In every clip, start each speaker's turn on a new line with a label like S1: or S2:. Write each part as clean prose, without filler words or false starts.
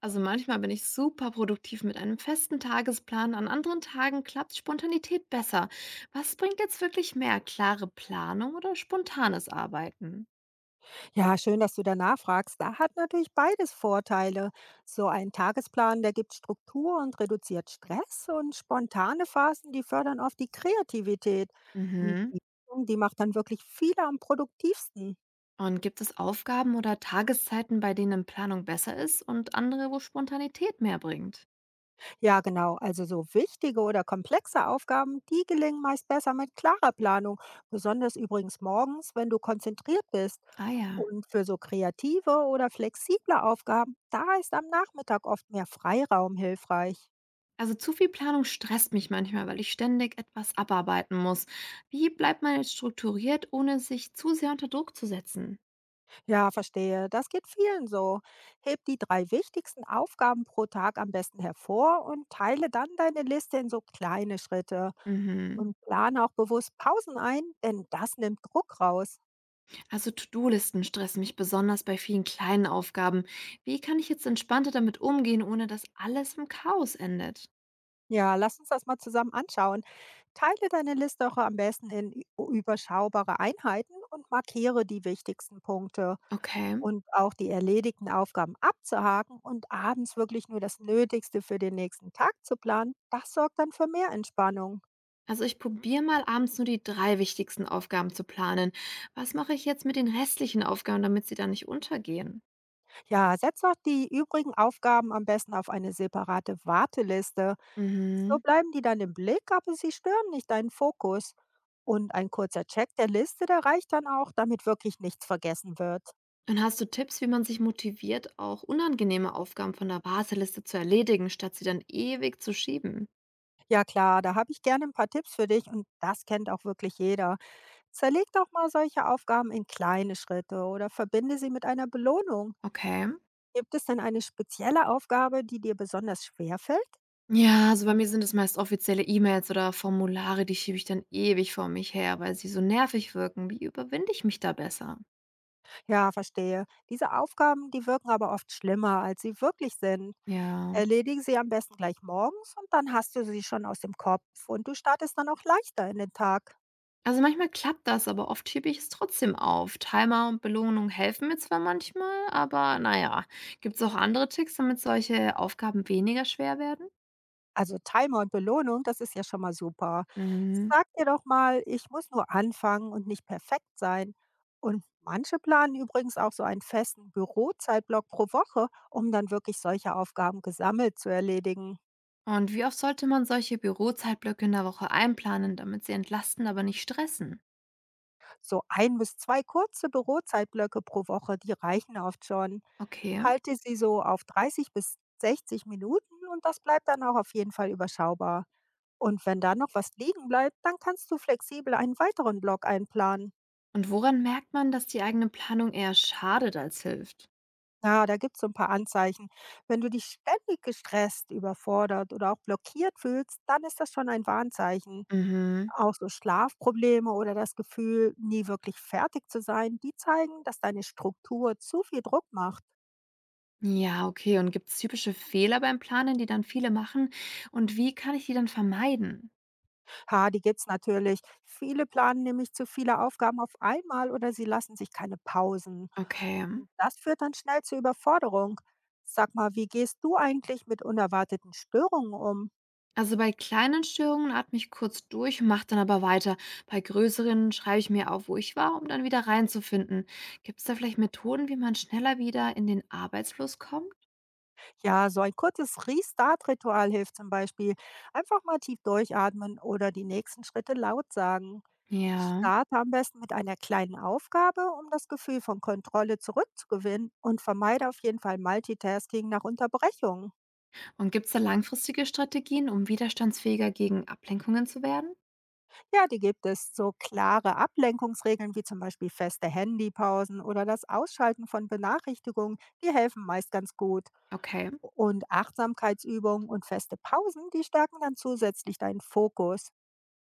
S1: Also manchmal bin ich super produktiv mit einem festen Tagesplan, an anderen Tagen klappt Spontanität besser. Was bringt jetzt wirklich mehr, klare Planung oder spontanes Arbeiten?
S2: Ja, schön, dass du danach fragst. Da hat natürlich beides Vorteile. So ein Tagesplan, der gibt Struktur und reduziert Stress und spontane Phasen, die fördern oft die Kreativität. Und
S1: Mhm.
S2: die, Übung, die macht dann wirklich viele am produktivsten.
S1: Und gibt es Aufgaben oder Tageszeiten, bei denen Planung besser ist und andere, wo Spontanität mehr bringt?
S2: Ja, genau. Also so wichtige oder komplexe Aufgaben, die gelingen meist besser mit klarer Planung. Besonders übrigens morgens, wenn du konzentriert bist.
S1: Ah ja.
S2: Und für so kreative oder flexible Aufgaben, da ist am Nachmittag oft mehr Freiraum hilfreich.
S1: Also zu viel Planung stresst mich manchmal, weil ich ständig etwas abarbeiten muss. Wie bleibt man jetzt strukturiert, ohne sich zu sehr unter Druck zu setzen?
S2: Ja, verstehe. Das geht vielen so. Heb die drei wichtigsten Aufgaben pro Tag am besten hervor und teile dann deine Liste in so kleine Schritte.
S1: Mhm.
S2: Und plane auch bewusst Pausen ein, denn das nimmt Druck raus.
S1: Also To-Do-Listen stressen mich besonders bei vielen kleinen Aufgaben. Wie kann ich jetzt entspannter damit umgehen, ohne dass alles im Chaos endet?
S2: Ja, lass uns das mal zusammen anschauen. Teile deine Liste auch am besten in überschaubare Einheiten und markiere die wichtigsten Punkte.
S1: Okay.
S2: Und auch die erledigten Aufgaben abzuhaken und abends wirklich nur das Nötigste für den nächsten Tag zu planen, das sorgt dann für mehr Entspannung.
S1: Also ich probiere mal abends nur die drei wichtigsten Aufgaben zu planen. Was mache ich jetzt mit den restlichen Aufgaben, damit sie dann nicht untergehen?
S2: Ja, setz auch die übrigen Aufgaben am besten auf eine separate Warteliste. So
S1: Mhm.
S2: bleiben die dann im Blick, aber sie stören nicht deinen Fokus. Und ein kurzer Check der Liste, der reicht dann auch, damit wirklich nichts vergessen wird.
S1: Und hast du Tipps, wie man sich motiviert, auch unangenehme Aufgaben von der Warteliste zu erledigen, statt sie dann ewig zu schieben?
S2: Ja klar, da habe ich gerne ein paar Tipps für dich und das kennt auch wirklich jeder. Zerleg doch mal solche Aufgaben in kleine Schritte oder verbinde sie mit einer Belohnung.
S1: Okay.
S2: Gibt es denn eine spezielle Aufgabe, die dir besonders schwer fällt?
S1: Ja, also bei mir sind es meist offizielle E-Mails oder Formulare, die schiebe ich dann ewig vor mich her, weil sie so nervig wirken. Wie überwinde ich mich da besser?
S2: Ja, verstehe. Diese Aufgaben, die wirken aber oft schlimmer, als sie wirklich sind.
S1: Ja.
S2: Erledige sie am besten gleich morgens und dann hast du sie schon aus dem Kopf und du startest dann auch leichter in den Tag.
S1: Also manchmal klappt das, aber oft schiebe ich es trotzdem auf. Timer und Belohnung helfen mir zwar manchmal, aber naja. Gibt es auch andere Tricks, damit solche Aufgaben weniger schwer werden?
S2: Also Timer und Belohnung, das ist ja schon mal super.
S1: Mhm.
S2: Sag dir doch mal, ich muss nur anfangen und nicht perfekt sein. Und manche planen übrigens auch so einen festen Bürozeitblock pro Woche, um dann wirklich solche Aufgaben gesammelt zu erledigen.
S1: Und wie oft sollte man solche Bürozeitblöcke in der Woche einplanen, damit sie entlasten, aber nicht stressen?
S2: So ein bis zwei kurze Bürozeitblöcke pro Woche, die reichen oft schon.
S1: Okay.
S2: Halte sie so auf 30 bis 60 Minuten und das bleibt dann auch auf jeden Fall überschaubar. Und wenn da noch was liegen bleibt, dann kannst du flexibel einen weiteren Block einplanen.
S1: Und woran merkt man, dass die eigene Planung eher schadet als hilft?
S2: Ja, da gibt's so ein paar Anzeichen. Wenn du dich ständig gestresst, überfordert oder auch blockiert fühlst, dann ist das schon ein Warnzeichen.
S1: Mhm.
S2: Auch so Schlafprobleme oder das Gefühl, nie wirklich fertig zu sein, die zeigen, dass deine Struktur zu viel Druck macht.
S1: Ja, okay. Und gibt es typische Fehler beim Planen, die dann viele machen? Und wie kann ich die dann vermeiden?
S2: Ha, die gibt's natürlich. Viele planen nämlich zu viele Aufgaben auf einmal oder sie lassen sich keine Pausen.
S1: Okay.
S2: Und das führt dann schnell zur Überforderung. Sag mal, wie gehst du eigentlich mit unerwarteten Störungen um?
S1: Also bei kleinen Störungen atme ich kurz durch und mache dann aber weiter. Bei größeren schreibe ich mir auf, wo ich war, um dann wieder reinzufinden. Gibt es da vielleicht Methoden, wie man schneller wieder in den Arbeitsfluss kommt?
S2: Ja, so ein kurzes Restart-Ritual hilft zum Beispiel. Einfach mal tief durchatmen oder die nächsten Schritte laut sagen.
S1: Ja.
S2: Starte am besten mit einer kleinen Aufgabe, um das Gefühl von Kontrolle zurückzugewinnen und vermeide auf jeden Fall Multitasking nach Unterbrechungen.
S1: Und gibt es da langfristige Strategien, um widerstandsfähiger gegen Ablenkungen zu werden?
S2: Ja, die gibt es, so klare Ablenkungsregeln wie zum Beispiel feste Handypausen oder das Ausschalten von Benachrichtigungen. Die helfen meist ganz gut.
S1: Okay.
S2: Und Achtsamkeitsübungen und feste Pausen, die stärken dann zusätzlich deinen Fokus.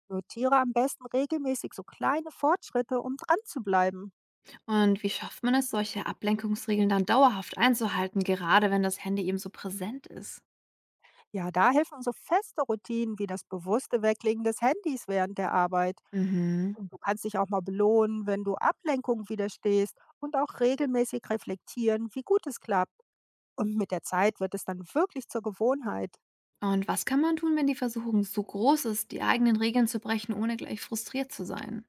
S2: Notiere am besten regelmäßig so kleine Fortschritte, um dran zu bleiben.
S1: Und wie schafft man es, solche Ablenkungsregeln dann dauerhaft einzuhalten, gerade wenn das Handy eben so präsent ist?
S2: Ja, da helfen so feste Routinen wie das bewusste Weglegen des Handys während der Arbeit.
S1: Mhm.
S2: Und du kannst dich auch mal belohnen, wenn du Ablenkung widerstehst und auch regelmäßig reflektieren, wie gut es klappt. Und mit der Zeit wird es dann wirklich zur Gewohnheit.
S1: Und was kann man tun, wenn die Versuchung so groß ist, die eigenen Regeln zu brechen, ohne gleich frustriert zu sein?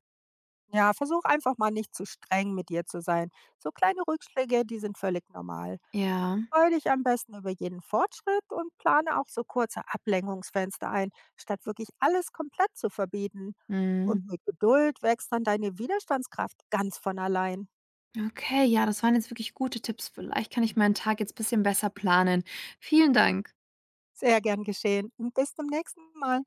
S2: Ja, versuch einfach mal nicht zu streng mit dir zu sein. So kleine Rückschläge, die sind völlig normal.
S1: Ja.
S2: Freue dich am besten über jeden Fortschritt und plane auch so kurze Ablenkungsfenster ein, statt wirklich alles komplett zu verbieten.
S1: Mhm.
S2: Und mit Geduld wächst dann deine Widerstandskraft ganz von allein.
S1: Okay, ja, das waren jetzt wirklich gute Tipps. Vielleicht kann ich meinen Tag jetzt ein bisschen besser planen. Vielen Dank.
S2: Sehr gern geschehen und bis zum nächsten Mal.